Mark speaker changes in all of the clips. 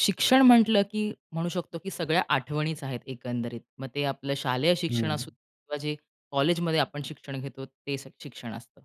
Speaker 1: शिक्षण म्हटलं, की म्हणू शकतो, की सगळ्या आठवणीच आहेत एकंदरीत. मग ते आपलं शालेय शिक्षण
Speaker 2: हं.
Speaker 1: असू दे किंवा जे कॉलेजमध्ये आपण शिक्षण घेतो ते शिक्षण असतं.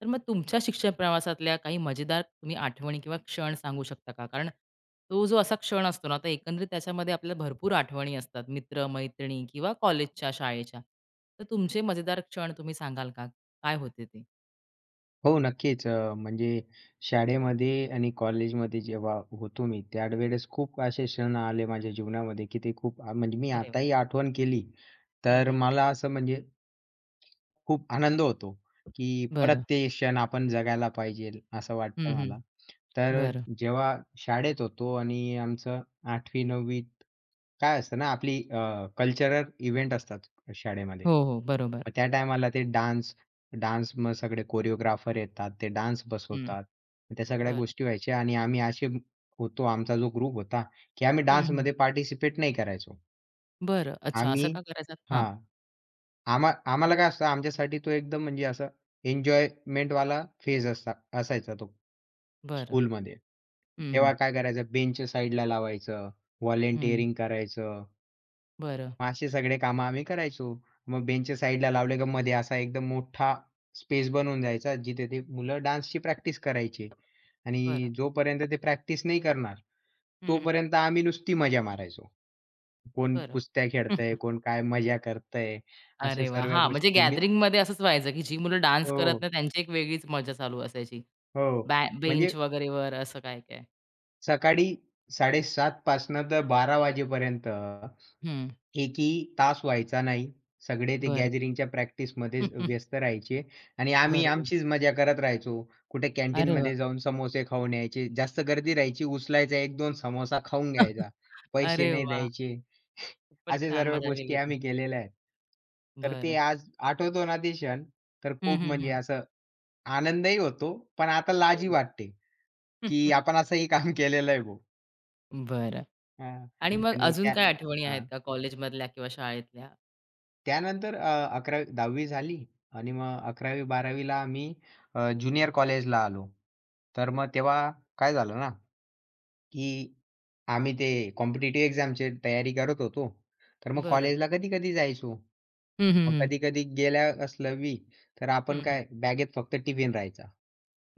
Speaker 1: तर मग तुमच्या शिक्षण प्रवासातल्या काही मजेदार तुम्ही आठवणी किंवा क्षण सांगू शकता का? कारण तो जो असा क्षण असतो ना, तर एकंदरीत त्याच्यामध्ये आपल्याला भरपूर आठवणी असतात. मित्र-मैत्रिणी किंवा कॉलेजच्या, शाळेच्या. तर तुमचे मजेदार क्षण तुम्ही सांगाल का? काय होते ते?
Speaker 2: हो, नक्कीच. म्हणजे शाळेमध्ये आणि कॉलेजमध्ये जेव्हा होतो मी, त्यावेळेस खूप असे क्षण आले माझ्या जीवनामध्ये, की ते खूप म्हणजे मी
Speaker 1: अरे वाह!
Speaker 2: आताही आठवण केली,
Speaker 1: हं,
Speaker 2: तर
Speaker 1: हं.
Speaker 2: मला असं म्हणजे खूप आनंद होतो, की परत
Speaker 1: बरं.
Speaker 2: ते क्षण आपण जगायला पाहिजेल असं
Speaker 1: हं,
Speaker 2: वाटतं
Speaker 1: हं.
Speaker 2: मला. तर
Speaker 1: बरं.
Speaker 2: जेव्हा शाळेत होतो आणि आमचं आठवी 9वी त काय असतं ना आपली कल्चरल इव्हेंट असतात शाळेमध्ये.
Speaker 1: हो, हो. बरोबर.
Speaker 2: मग त्या टायमाला ते डान्स डान्स मग सगळे कोरिओग्राफर येतात, ते डान्स
Speaker 1: हं.
Speaker 2: बसवतात. मग त्या सगळ्या
Speaker 1: बरं.
Speaker 2: गोष्टी व्हायच्या आणि आम्ही असे होतो, आमचा जो ग्रुप होता, की आम्ही
Speaker 1: हं, हं.
Speaker 2: डान्समध्ये पार्टिसिपेट नाही करायचो.
Speaker 1: बरं. अच्छा,
Speaker 2: आम्ही
Speaker 1: असं का करायचं? हां,
Speaker 2: हां. आम्हाला काय असतं आमच्यासाठी तो एकदम म्हणजे असा एन्जॉयमेंटवाला फेज असा असायचा तो
Speaker 1: बरं.
Speaker 2: स्कूलमध्ये.
Speaker 1: हं, हं.
Speaker 2: तेव्हा काय करायचं बेंच साइडला लावायचं,
Speaker 1: हं.
Speaker 2: व्हॉलंटिअरिंग करायचं.
Speaker 1: बरं,
Speaker 2: मग असे सगळे कामं आम्ही करायचो. मग बेंच साइडला लावले की मध्ये असा एकदम मोठा स्पेस बनवून जायचा जिथे ते मुलं डान्सची प्रॅक्टिस करायची आणि
Speaker 1: बरं.
Speaker 2: जोपर्यंत ते प्रॅक्टिस नाही करणार,
Speaker 1: हं, हं.
Speaker 2: तोपर्यंत आम्ही नुसती मजा मारायचो. कोण
Speaker 1: बरं.
Speaker 2: कुस्त्या खेळतंय, कोण काय मजा करतंय, अशा
Speaker 1: अरे वा,
Speaker 2: सर्व
Speaker 1: हां, म्हणजे
Speaker 2: गोष्टी मी
Speaker 1: गॅदरिंगमध्ये असंच व्हायचं, की जी मुलं डान्स करत
Speaker 2: हो.
Speaker 1: नाही त्यांची एक वेगळीच मजा चालू असायची.
Speaker 2: हो.
Speaker 1: बॅ
Speaker 2: म्हणजे
Speaker 1: बेंच वगैरेवर असं काय-काय.
Speaker 2: सकाळी 7:30 पासनं तर 12 वाजेपर्यंत
Speaker 1: हं.
Speaker 2: एकही तास व्हायचा नाही. सगळे ते
Speaker 1: बरं.
Speaker 2: गॅदरिंगच्या प्रॅक्टिसमध्ये व्यस्त राहायचे आणि आम्ही
Speaker 1: बरोबर.
Speaker 2: आमचीच मजा करत राहायचो. कुठे
Speaker 1: अरे वाह!
Speaker 2: कॅन्टीनमध्ये जाऊन समोसे खाऊन यायचे. जास्त गर्दी राहायची. उचलायचा 1-2 समोसा खाऊन घ्यायचा. पैसे
Speaker 1: अरे
Speaker 2: नाही
Speaker 1: वाह!
Speaker 2: द्यायचे.
Speaker 1: खूपच
Speaker 2: अशा
Speaker 1: छान
Speaker 2: सर्व
Speaker 1: मजा
Speaker 2: गोष्टी
Speaker 1: केली तुम्ही.
Speaker 2: आम्ही केलेल्या आहेत. तर ते
Speaker 1: बरं.
Speaker 2: आज आठवतो ना ते क्षण, तर
Speaker 1: हं,
Speaker 2: खूप
Speaker 1: हं,
Speaker 2: म्हणजे
Speaker 1: हं.
Speaker 2: असं आनंदही होतो, पण आता
Speaker 1: अरे
Speaker 2: लाजही
Speaker 1: वाह!
Speaker 2: वाटते. की आपण असंही काम केलेलं आहे भाऊ.
Speaker 1: बरं.
Speaker 2: हां.
Speaker 1: आणि मग
Speaker 2: आणि
Speaker 1: अजून
Speaker 2: त्या
Speaker 1: काय आठवणी आहेत
Speaker 2: हां.
Speaker 1: का कॉलेजमधल्या किंवा शाळेतल्या?
Speaker 2: त्यानंतर 11वी 10वी झाली आणि मग 11वी-12वी ला आम्ही ज्युनियर कॉलेजला आलो. तर मग तेव्हा काय झालं ना, की आम्ही ते कॉम्पिटिटिव्ह एक्झामची तयारी करत होतो. तर मग
Speaker 1: बरं.
Speaker 2: कॉलेजला कधी-कधी जायचो.
Speaker 1: हं, हं,
Speaker 2: मग
Speaker 1: हं.
Speaker 2: कधी-कधी गेल्या असलं, बी, तर आपण
Speaker 1: हं, हं.
Speaker 2: काय बॅगेत फक्त टिफिन राहायचा.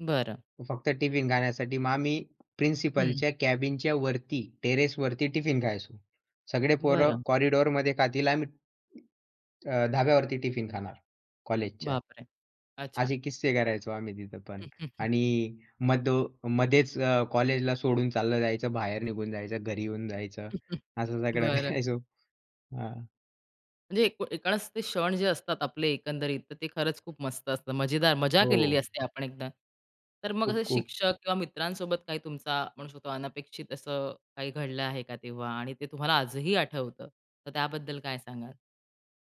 Speaker 1: बरं.
Speaker 2: फक्त टिफिन खाण्यासाठी. मग आम्ही प्रिन्सिपलच्या कॅबिनच्या वरती, टेरेसवरती टिफिन खायचो. सगळे पोरं
Speaker 1: बरं.
Speaker 2: कॉरिडॉरमध्ये खातील. आम्ही धाब्यावरती टिफिन खाणार कॉलेजच्या.
Speaker 1: बापरे! अच्छा.
Speaker 2: असे किस्से करायचो आम्ही तिथं पण.
Speaker 1: हं, हं, हं.
Speaker 2: आणि मध मध्येच कॉलेजला सोडून चाललं जायचं, बाहेर निघून जायचं, घरी येऊन जायचं.
Speaker 1: हं, हं.
Speaker 2: असं सगळं
Speaker 1: बरं.
Speaker 2: करायचो. हां.
Speaker 1: म्हणजे एक एकूणच ते क्षण जे असतात आपले एकंदरीत, तर ते खरंच खूप मस्त असतं. मजेदार मजा
Speaker 2: हो.
Speaker 1: केलेली असते आपण एकदा. तर मग
Speaker 2: खूप
Speaker 1: असे
Speaker 2: खूप.
Speaker 1: शिक्षक किंवा मित्रांसोबत काही तुमचा म्हणू शकतो अनपेक्षित असं काही घडलं आहे का तेव्हा? आणि ते तुम्हाला आजही आठवतं, तर त्याबद्दल काय सांगाल?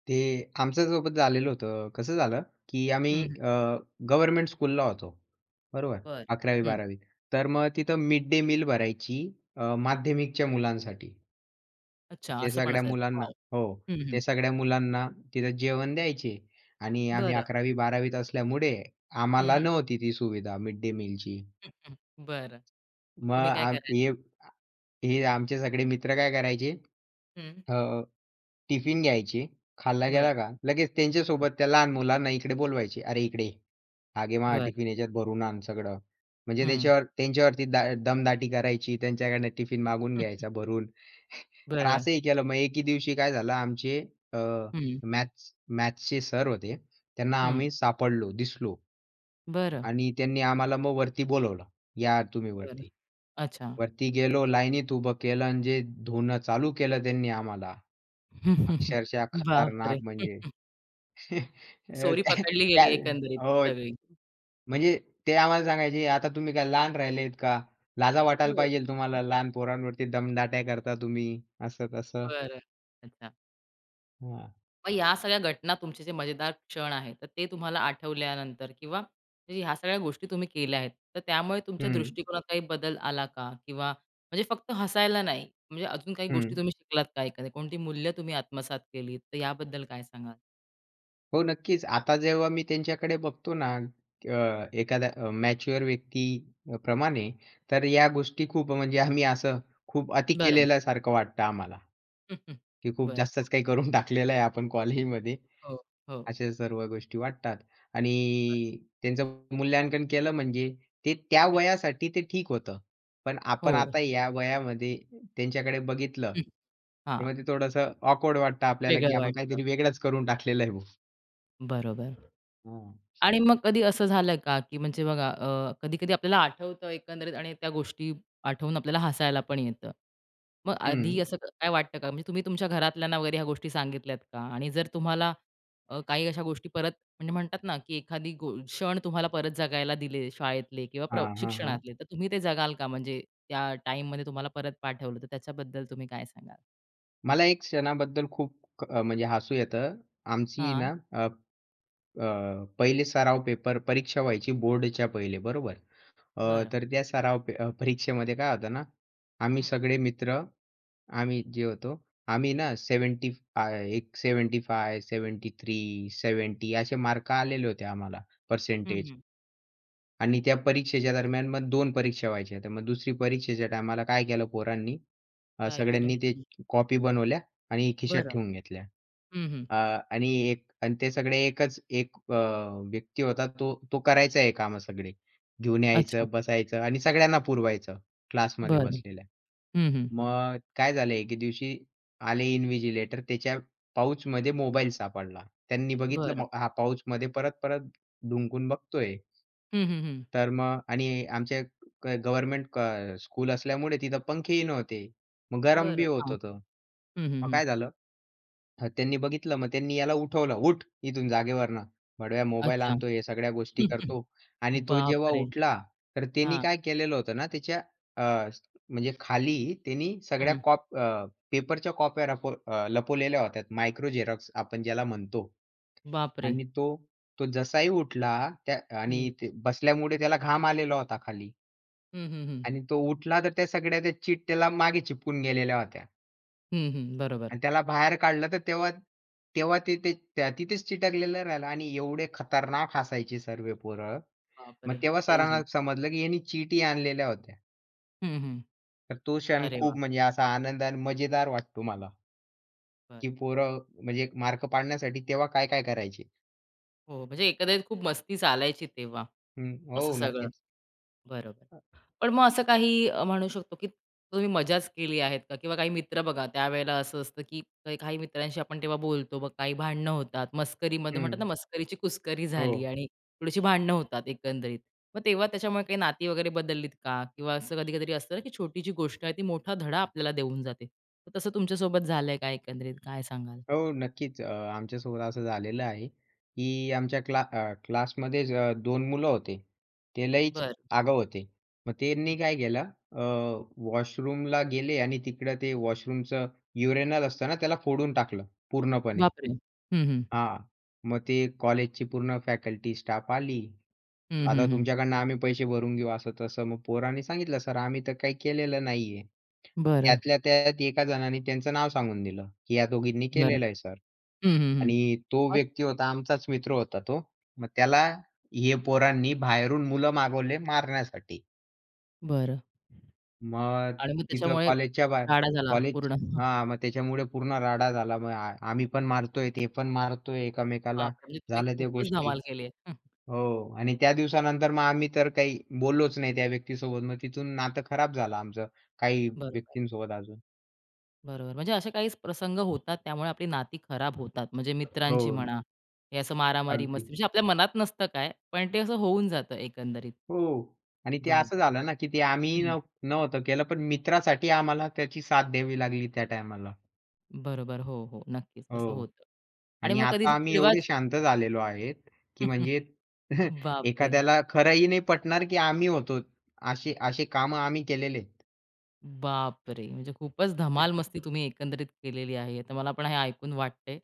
Speaker 2: ते आमच्यासोबत झालेलं होतं. कसं झालं, की आम्ही
Speaker 1: हं, हं.
Speaker 2: गव्हर्नमेंट स्कूलला होतो. बरोबर,
Speaker 1: बरं. हं.
Speaker 2: 11वी-12वी. तर मग तिथं मिड डे मील भरायची माध्यमिकच्या मुलांसाठी.
Speaker 1: अच्छा
Speaker 2: ते
Speaker 1: असं पण
Speaker 2: सगळ्या
Speaker 1: असायचं.
Speaker 2: मुलांना
Speaker 1: वॉव!
Speaker 2: हो,
Speaker 1: हं, हं.
Speaker 2: ते सगळ्या मुलांना तिथं जेवण द्यायचे आणि आम्ही
Speaker 1: बरं.
Speaker 2: 11वी-12वीत असल्यामुळे
Speaker 1: हं,
Speaker 2: आम्हाला
Speaker 1: हं.
Speaker 2: नव्हती ती सुविधा मिड डे मीलची.
Speaker 1: हं, हं. बरं. मग
Speaker 2: मग
Speaker 1: तुम्ही काय
Speaker 2: आम
Speaker 1: करायचं?
Speaker 2: हे हे आमचे सगळे मित्र काय करायचे,
Speaker 1: हं.
Speaker 2: टिफिन घ्यायची, खाल्ला
Speaker 1: बरं.
Speaker 2: गेला का, लगेच
Speaker 1: हं.
Speaker 2: त्यांच्यासोबत त्या लहान मुलांना इकडे बोलवायचे, "अरे इकडे ये, हा घे माझा
Speaker 1: बरं.
Speaker 2: टिफिन याच्यात भरून आण सगळं." म्हणजे
Speaker 1: हं.
Speaker 2: त्यांच्यावरती दमदाटी करायची, त्यांच्याकडनं टिफिन मागून
Speaker 1: हं.
Speaker 2: घ्यायचा भरून. तर
Speaker 1: बरं.
Speaker 2: असंही केलं. मग एके दिवशी काय झालं आमचे अ,
Speaker 1: हं.
Speaker 2: मॅथ्सचे सर होते. त्यांना
Speaker 1: हं.
Speaker 2: आम्ही सापडलो, दिसलो
Speaker 1: बरं,
Speaker 2: आणि त्यांनी आम्हाला मग वरती बोलवलं, "या तुम्ही
Speaker 1: बरं.
Speaker 2: वरती."
Speaker 1: अच्छा.
Speaker 2: वरती गेलो, लाईनीत उभं केलं आणि जे धुणं चालू केलं त्यांनी आम्हाला, अक्षरशः खतरनाक
Speaker 1: बापरे!
Speaker 2: म्हणजे त्या
Speaker 1: चोरी पकडली
Speaker 2: त्या
Speaker 1: गेली एकंदरीत
Speaker 2: हो,
Speaker 1: सगळी.
Speaker 2: म्हणजे ते आम्हाला सांगायचे, "आता तुम्ही काय लहान राहिलेत का? लाजा वाटायला
Speaker 1: हो.
Speaker 2: पाहिजे तुम्हाला. लहान पोरांवरती दमदाट्या करता तुम्ही." असं तसं.
Speaker 1: बरं. अच्छा.
Speaker 2: हां.
Speaker 1: मग या सगळ्या घटना तुमचे जे मजेदार क्षण आहेत, तर ते तुम्हाला आठवल्यानंतर किंवा म्हणजे ह्या सगळ्या गोष्टी तुम्ही केल्या आहेत, तर त्यामुळे तुमच्या
Speaker 2: हं,
Speaker 1: दृष्टिकोनात काही बदल आला का? किंवा म्हणजे फक्त हसायला नाही, म्हणजे अजून काही गोष्टी
Speaker 2: हं.
Speaker 1: तुम्ही शिकलात का एखाद्या? कोणती मूल्य तुम्ही आत्मसात केलीत? तर याबद्दल काय सांगाल?
Speaker 2: हो, नक्कीच. आता जेव्हा मी त्यांच्याकडे बघतो ना, एखाद्या मॅच्युअर व्यक्ती प्रमाणे, तर या गोष्टी खूप म्हणजे आम्ही असं खूप अति
Speaker 1: बरं.
Speaker 2: केलेल्यासारखं वाटतं आम्हाला, की खूप
Speaker 1: बरं.
Speaker 2: जास्तच काही करून टाकलेलं आहे आपण कॉलेजमध्ये.
Speaker 1: हो, हो.
Speaker 2: अशा सर्व गोष्टी वाटतात आणि त्यांचं मूल्यांकन केलं म्हणजे ते त्या
Speaker 1: हं.
Speaker 2: वयासाठी ते ठीक होतं. पण आपण
Speaker 1: हो.
Speaker 2: आता या वयामध्ये त्यांच्याकडे बघितलं,
Speaker 1: हं.
Speaker 2: तर
Speaker 1: हां.
Speaker 2: मग ते थोडंसं ऑकवर्ड वाटतं आपल्याला, की
Speaker 1: वेगळं
Speaker 2: आपण
Speaker 1: वाटतं.
Speaker 2: काहीतरी वेगळंच करून टाकलेलं आहे बुवा.
Speaker 1: बरोबर.
Speaker 2: हं.
Speaker 1: आणि मग कधी असं झालं का, की म्हणजे बघा कधी-कधी आपल्याला आठवतं एकंदरीत आणि त्या गोष्टी आठवून आपल्याला हसायला पण येतं. मग
Speaker 2: हं.
Speaker 1: आधी असं काय वाटतं का? म्हणजे तुम्ही तुमच्या घरातल्यांना वगैरे ह्या गोष्टी सांगितल्यात का? आणि जर तुम्हाला काही अशा गोष्टी परत म्हणजे म्हणतात ना, की एखादी क्षण तुम्हाला परत जगायला दिले शाळेतले किंवा
Speaker 2: हां, हां, हां.
Speaker 1: शिक्षणातले, तर तुम्ही ते जगाल का? म्हणजे त्या टाईममध्ये तुम्हाला परत पाठवलं, तर त्याच्याबद्दल तुम्ही काय सांगाल?
Speaker 2: मला एक क्षणाबद्दल खूप म्हणजे हसू येतं. आमची
Speaker 1: हां.
Speaker 2: ना पहिले सराव पेपर परीक्षा व्हायची बोर्डच्या पहिले बरोबर. अ,
Speaker 1: बरं.
Speaker 2: तर त्या सराव परीक्षेमध्ये काय होतं ना, आम्ही
Speaker 1: हं.
Speaker 2: सगळे मित्र आम्ही जे होतो, आम्ही ना 70 फाय एक 75, 73, 70 असे मार्क आलेले होते आम्हाला,
Speaker 1: हं,
Speaker 2: पर्सेंटेज.
Speaker 1: हं.
Speaker 2: आणि त्या परीक्षेच्या दरम्यान मग दोन परीक्षा व्हायच्या. तर मग दुसरी परीक्षेच्या टायमाला काय केलं पोरांनी,
Speaker 1: काय केलं?
Speaker 2: सगळ्यांनी ते
Speaker 1: हं.
Speaker 2: कॉपी बनवल्या आणि खिशात
Speaker 1: बरं.
Speaker 2: ठेवून घेतल्या.
Speaker 1: हं, हं.
Speaker 2: अ, आणि एक आणि ते सगळे एकच एक व्यक्ती होता तो तो करायचा हे कामं सगळे. घेऊन
Speaker 1: अच्छा.
Speaker 2: यायचं, बसायचं आणि सगळ्यांना पुरवायचं क्लासमध्ये
Speaker 1: बरं.
Speaker 2: बसलेल्या.
Speaker 1: हं, हं.
Speaker 2: मग काय झालं एके दिवशी आले इन्व्हिजिलेटर त्याच्या पाउचमध्ये मोबाईल सापडला. त्यांनी बघितलं
Speaker 1: बरं.
Speaker 2: मग हा पाउचमध्ये परत-परत ढुंकून बघतोय.
Speaker 1: हं, हं, हं.
Speaker 2: तर मग आणि आमच्या गव्हर्नमेंट स्कूल असल्यामुळे तिथं पंखेही नव्हते. मग गरम
Speaker 1: बरं.
Speaker 2: बी होत
Speaker 1: हां.
Speaker 2: होतं.
Speaker 1: हं, हं,
Speaker 2: मग
Speaker 1: हं.
Speaker 2: काय झालं? हं, त्यांनी बघितलं मग त्यांनी याला उठवलं, "उठ इथून जागेवरनं." बडव्या मोबाईल
Speaker 1: अच्छा.
Speaker 2: आणतो, हे सगळ्या गोष्टी करतो आणि तो जेव्हा
Speaker 1: बापरे!
Speaker 2: उठला, तर त्यांनी
Speaker 1: हां.
Speaker 2: काय केलेलं होतं ना त्याच्या अ, स- म्हणजे खाली त्यांनी सगळ्या
Speaker 1: हं.
Speaker 2: पेपरच्या कॉप्या लपवलेल्या होत्या. मायक्रो झेरॉक्स आपण ज्याला म्हणतो.
Speaker 1: बापरे!
Speaker 2: आणि तो जसाही उठला आणि
Speaker 1: हं.
Speaker 2: ते बसल्यामुळे त्याला घाम आलेला होता खाली
Speaker 1: हं, हं, हं.
Speaker 2: आणि तो उठला तर त्या सगळ्या त्या चीट त्याला मागे चिपकून गेलेल्या होत्या
Speaker 1: हं, हं. बरोबर.
Speaker 2: आणि त्याला बाहेर काढलं तर तेव्हा तेव्हा ते ते त्या तिथेच चिटकलेलं राहिलं आणि एवढे खतरनाक हसायचे सर्व पोरं. मग
Speaker 1: बापरे!
Speaker 2: तेव्हा सरांना
Speaker 1: डेंजर.
Speaker 2: समजलं, की यांनी चीटी आणलेल्या होत्या.
Speaker 1: हं, हं.
Speaker 2: तर तो क्षण
Speaker 1: अरे
Speaker 2: खूप
Speaker 1: वाह!
Speaker 2: म्हणजे असा आनंद आणि मजेदार वाटतो मला,
Speaker 1: बरं.
Speaker 2: की पोरं म्हणजे मार्क पाडण्यासाठी तेव्हा काय-काय करायचे.
Speaker 1: हो, म्हणजे एकंदरीत खूप मस्ती चालायची तेव्हा
Speaker 2: हं,
Speaker 1: असं
Speaker 2: हो,
Speaker 1: सगळं.
Speaker 2: नक्कीच.
Speaker 1: बरोबर. पण मग असं काही म्हणू शकतो, की तुम्ही मजाच केली आहेत का? किंवा काही मित्र बघा त्यावेळेला असं असतं, की काही काही मित्रांशी आपण तेव्हा बोलतो, मग काही भांडणं होतात. मस्करीमध्ये
Speaker 2: हं,
Speaker 1: म्हणतात ना, मस्करीची कुस्करी झाली
Speaker 2: हो.
Speaker 1: आणि थोडीशी भांडणं होतात एकंदरीत. मग तेव्हा त्याच्यामुळे काही नाती वगैरे बदललीत का? किंवा असं कधी-कधी असतं ना, की छोटी जी गोष्ट आहे ती मोठा धडा आपल्याला देऊन जाते. तर तसं तुमच्यासोबत झालंय का एकंदरीत? काय सांगाल?
Speaker 2: हो, नक्कीच. आमच्यासोबत असं झालेलं आहे, की आमच्या क्लासमध्येच 2 मुलं होते. ते लईच
Speaker 1: बरं.
Speaker 2: आगाऊ होते. मग त्यांनी काय केलं अ, वॉशरूमला गेले आणि तिकडं ते वॉशरूमचं युरेनल असतं ना, त्याला फोडून टाकलं पूर्णपणे.
Speaker 1: बापरे! हं, हं.
Speaker 2: हां. मग ते कॉलेजची पूर्ण फॅकल्टी, स्टाफ आली.
Speaker 1: हं, हं,
Speaker 2: आता
Speaker 1: हं.
Speaker 2: तुमच्याकडनं आम्ही पैसे भरून घेऊ असं तसं. मग पोरांनी सांगितलं, "सर, आम्ही तर काही केलेलं नाहीये."
Speaker 1: बरं,
Speaker 2: त्यातल्या त्यात एका जणाने त्यांचं नाव सांगून दिलं, की "या दोघींनी
Speaker 1: बरं.
Speaker 2: केलेलं आहे सर."
Speaker 1: हं, हं, हं.
Speaker 2: आणि तो
Speaker 1: मग?
Speaker 2: व्यक्ती होता आमचाच मित्र होता तो. मग त्याला हे पोरांनी बाहेरून मुलं मागवले मारण्यासाठी.
Speaker 1: बरं.
Speaker 2: मग
Speaker 1: आणि मग
Speaker 2: तिथं
Speaker 1: त्याच्यामुळे
Speaker 2: कॉलेजच्या बाहेर
Speaker 1: राडा झाला
Speaker 2: कॉलेज
Speaker 1: पूर्ण.
Speaker 2: हां, मग त्याच्यामुळे पूर्ण राडा झाला. मग आम्ही पण मारतोय, ते पण मारतोय एकमेकाला.
Speaker 1: बापरे! म्हणजे तुम्ही
Speaker 2: झाल्या त्या
Speaker 1: खूपच
Speaker 2: गोष्टी.
Speaker 1: धमाल केली आहे. हं,
Speaker 2: हो आणि त्या दिवसानंतर मग आम्ही तर काही बोललोच नाही त्या व्यक्तीसोबत. मग तिथून नातं खराब झालं आमचं काही
Speaker 1: बरोबर,
Speaker 2: व्यक्तींसोबत अजून.
Speaker 1: बरोबर. म्हणजे असे काही प्रसंग होतात त्यामुळे आपली नाती खराब होतात. म्हणजे
Speaker 2: हो,
Speaker 1: मित्रांची म्हणा, हे असं मारामारी
Speaker 2: अगदी.
Speaker 1: मस्ती म्हणजे आपल्या मनात नसतं काय, पण ते असं होऊन जातं एकंदरीत.
Speaker 2: हो. आणि ते असं
Speaker 1: बरोबर.
Speaker 2: झालं ना, की ते आम्ही
Speaker 1: हं,
Speaker 2: नव्हतं केलं, पण मित्रासाठी आम्हाला त्याची साथ द्यावी लागली त्या टायमाला.
Speaker 1: बरोबर. हो, हो. नक्कीच असं
Speaker 2: हो.
Speaker 1: होतं. आणि
Speaker 2: आणि
Speaker 1: मग कधी
Speaker 2: आता
Speaker 1: अशी
Speaker 2: आम्ही
Speaker 1: चिडवा
Speaker 2: एवढे शांत झालेलो आहेत, की म्हणजे
Speaker 1: बापरे!
Speaker 2: एखाद्याला खरंही नाही पटणार, की आम्ही होतो. असे असे कामं आम्ही केलेले आहेत.
Speaker 1: बापरे! म्हणजे खूपच धमाल मस्ती तुम्ही एकंदरीत केलेली आहे. तर मला पण हे ऐकून वाटतंय.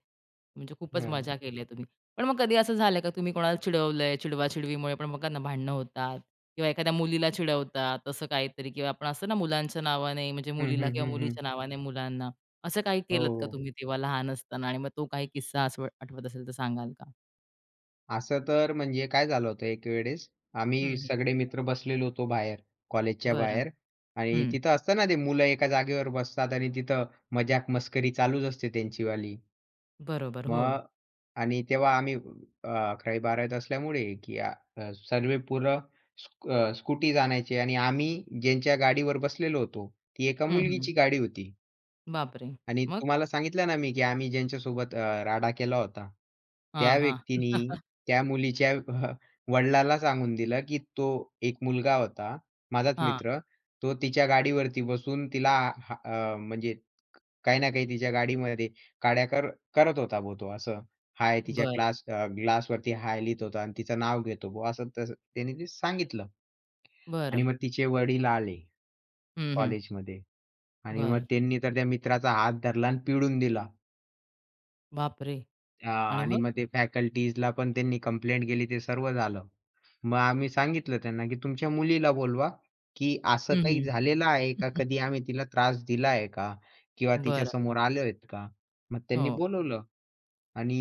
Speaker 1: म्हणजे खूपच
Speaker 2: हां.
Speaker 1: मजा केली आहे तुम्ही. पण मग कधी असं झालंय का तुम्ही कोणाला चिडवलंय, चिडवा-चिडवीमुळे पण बघा ना भांडणं होतात किंवा एखाद्या मुलीला चिडवतात असं काहीतरी किंवा आपण असतं ना मुलांच्या नावाने म्हणजे
Speaker 2: हं,
Speaker 1: मुलीला
Speaker 2: हं,
Speaker 1: किंवा
Speaker 2: हं,
Speaker 1: मुलीच्या नावाने मुलांना. असं काही
Speaker 2: हो,
Speaker 1: केलत का
Speaker 2: हो.
Speaker 1: तुम्ही तेव्हा लहान असताना आणि मग तो काही किस्सा असं आठवत असेल तर सांगाल का?
Speaker 2: असं तर म्हणजे काय झालं होतं एक वेळेस,
Speaker 1: हं,
Speaker 2: आम्ही
Speaker 1: हं.
Speaker 2: सगळे मित्र बसलेलो होतो बाहेर, कॉलेजच्या
Speaker 1: बरं.
Speaker 2: बाहेर आणि
Speaker 1: हं.
Speaker 2: तिथं असतं ना ते मुलं एका जागेवर बसतात आणि तिथं मजाक-मस्करी चालूच असते त्यांचीवाली.
Speaker 1: बरोबर. हो.
Speaker 2: मग आणि तेव्हा आम्ही 11वी 12वी त असल्यामुळे की सर्व पोरं स्क आणायचे आणि आम्ही ज्यांच्या गाडीवर बसलेलो होतो, ती एका
Speaker 1: हं, हं.
Speaker 2: मुलगीची गाडी होती.
Speaker 1: बापरे!
Speaker 2: आणि
Speaker 1: मग?
Speaker 2: तुम्हाला सांगितलं ना मी, की आम्ही ज्यांच्यासोबत राडा केला होता,
Speaker 1: हां,
Speaker 2: त्या
Speaker 1: हां.
Speaker 2: व्यक्तीनी त्या मुलीच्या वडिलाला सांगून दिलं, की तो एक मुलगा होता, माझाच
Speaker 1: हां.
Speaker 2: मित्र. तो तिच्या गाडीवरती बसून तिला म्हणजे काही ना काही तिच्या गाडीमध्ये काड्या करत होता बुवा तो असं. हाय तिच्या
Speaker 1: बरं,
Speaker 2: ग्लासवरती हाय लिहित होता आणि तिचं नाव घेतो बुवा असं तसं त्याने ते सांगितलं. आणि
Speaker 1: बरं.
Speaker 2: मग तिचे वडील आले
Speaker 1: हं, हं.
Speaker 2: कॉलेजमध्ये आणि मग
Speaker 1: बरं.
Speaker 2: त्यांनी तर त्या मित्राचा हात धरला आणि पिडून दिला.
Speaker 1: बापरे!
Speaker 2: हां.
Speaker 1: आणि
Speaker 2: आणि
Speaker 1: मग?
Speaker 2: मग ते फॅकल्टीजला पण त्यांनी कंप्लेंट केली ते सर्व झालं. मग आम्ही सांगितलं त्यांना, की "तुमच्या मुलीला बोलवा, की असं
Speaker 1: हं,
Speaker 2: काही
Speaker 1: हं.
Speaker 2: झालेलं आहे का? कधी आम्ही तिला त्रास दिला आहे का? किंवा
Speaker 1: बरं.
Speaker 2: तिच्यासमोर आलो आहेत का?" मग त्यांनी
Speaker 1: हो.
Speaker 2: बोलवलं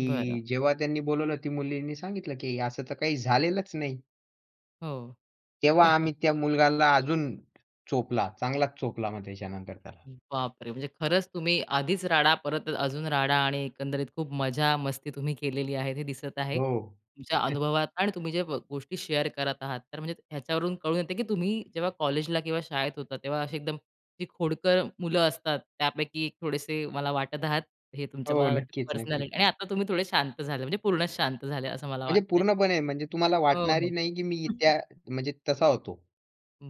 Speaker 1: बरं.
Speaker 2: जेव्हा त्यांनी बोलवलं ती मुलीने सांगितलं, की "असं तर काही झालेलंच नाही."
Speaker 1: हो.
Speaker 2: तेव्हा आम्ही त्या मुलगाला अजून चोपला, चांगलाच चोपला मग त्याच्यानंतर त्याला.
Speaker 1: बापरे! म्हणजे खरंच तुम्ही आधीच राडा, परत अजून राडा आणि एकंदरीत खूप मजा, मस्ती तुम्ही केलेली आहे हे दिसत आहे.
Speaker 2: हो.
Speaker 1: तुमच्या अनुभवात आणि तुम्ही जे गोष्टी शेअर करत आहात, तर म्हणजे ह्याच्यावरून कळून येते की तुम्ही जेव्हा कॉलेजला किंवा शाळेत होता, तेव्हा असे एकदम जी खोडकर मुलं असतात, त्यापैकी एक थोडेसे मला वाटत आहात. हे तुमच्या
Speaker 2: हो.
Speaker 1: मला वाटतं
Speaker 2: नक्कीच, नक्कीच.
Speaker 1: पर्सनॅलिटी आणि आता तुम्ही थोडे शांत झाले, म्हणजे पूर्णच शांत झाले असं मला
Speaker 2: म्हणजे
Speaker 1: वाटतंय.
Speaker 2: पूर्णपणे म्हणजे तुम्हाला
Speaker 1: हो, हो.
Speaker 2: वाटणारही नाही, की मी त्या म्हणजे तसा होतो.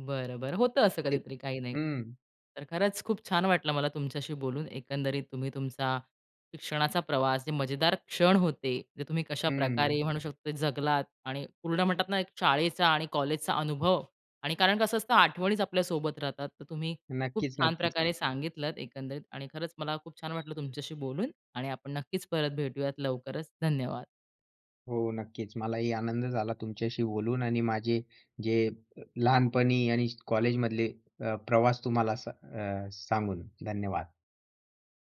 Speaker 1: बरं, बरं. होतं असं
Speaker 2: ते
Speaker 1: कधीतरी, काही नाही.
Speaker 2: हं,
Speaker 1: तर खरंच खूप छान वाटलं मला तुमच्याशी बोलून. एकंदरीत तुम्ही तुमचा शिक्षणाचा प्रवास, जे मजेदार क्षण होते, जे तुम्ही
Speaker 2: हं.
Speaker 1: कशाप्रकारे म्हणू शकतो ते जगलात आणि पूर्ण म्हणतात ना, एक शाळेचा आणि कॉलेजचा अनुभव आणि कारण कसं असतं आठवणीच आपल्या सोबत राहतात. तर तुम्ही खूप
Speaker 2: नक्कीच,
Speaker 1: छान
Speaker 2: नक्कीच.
Speaker 1: प्रकारे सांगितलंत एकंदरीत आणि खरंच मला खूप छान वाटलं तुमच्याशी बोलून आणि आपण नक्कीच परत भेटूयात लवकरच. धन्यवाद.
Speaker 2: हो, नक्कीच. मलाही आनंद झाला तुमच्याशी बोलून आणि माझे जे लहानपणी आणि कॉलेजमधले प्रवास तुम्हाला सांगून. धन्यवाद.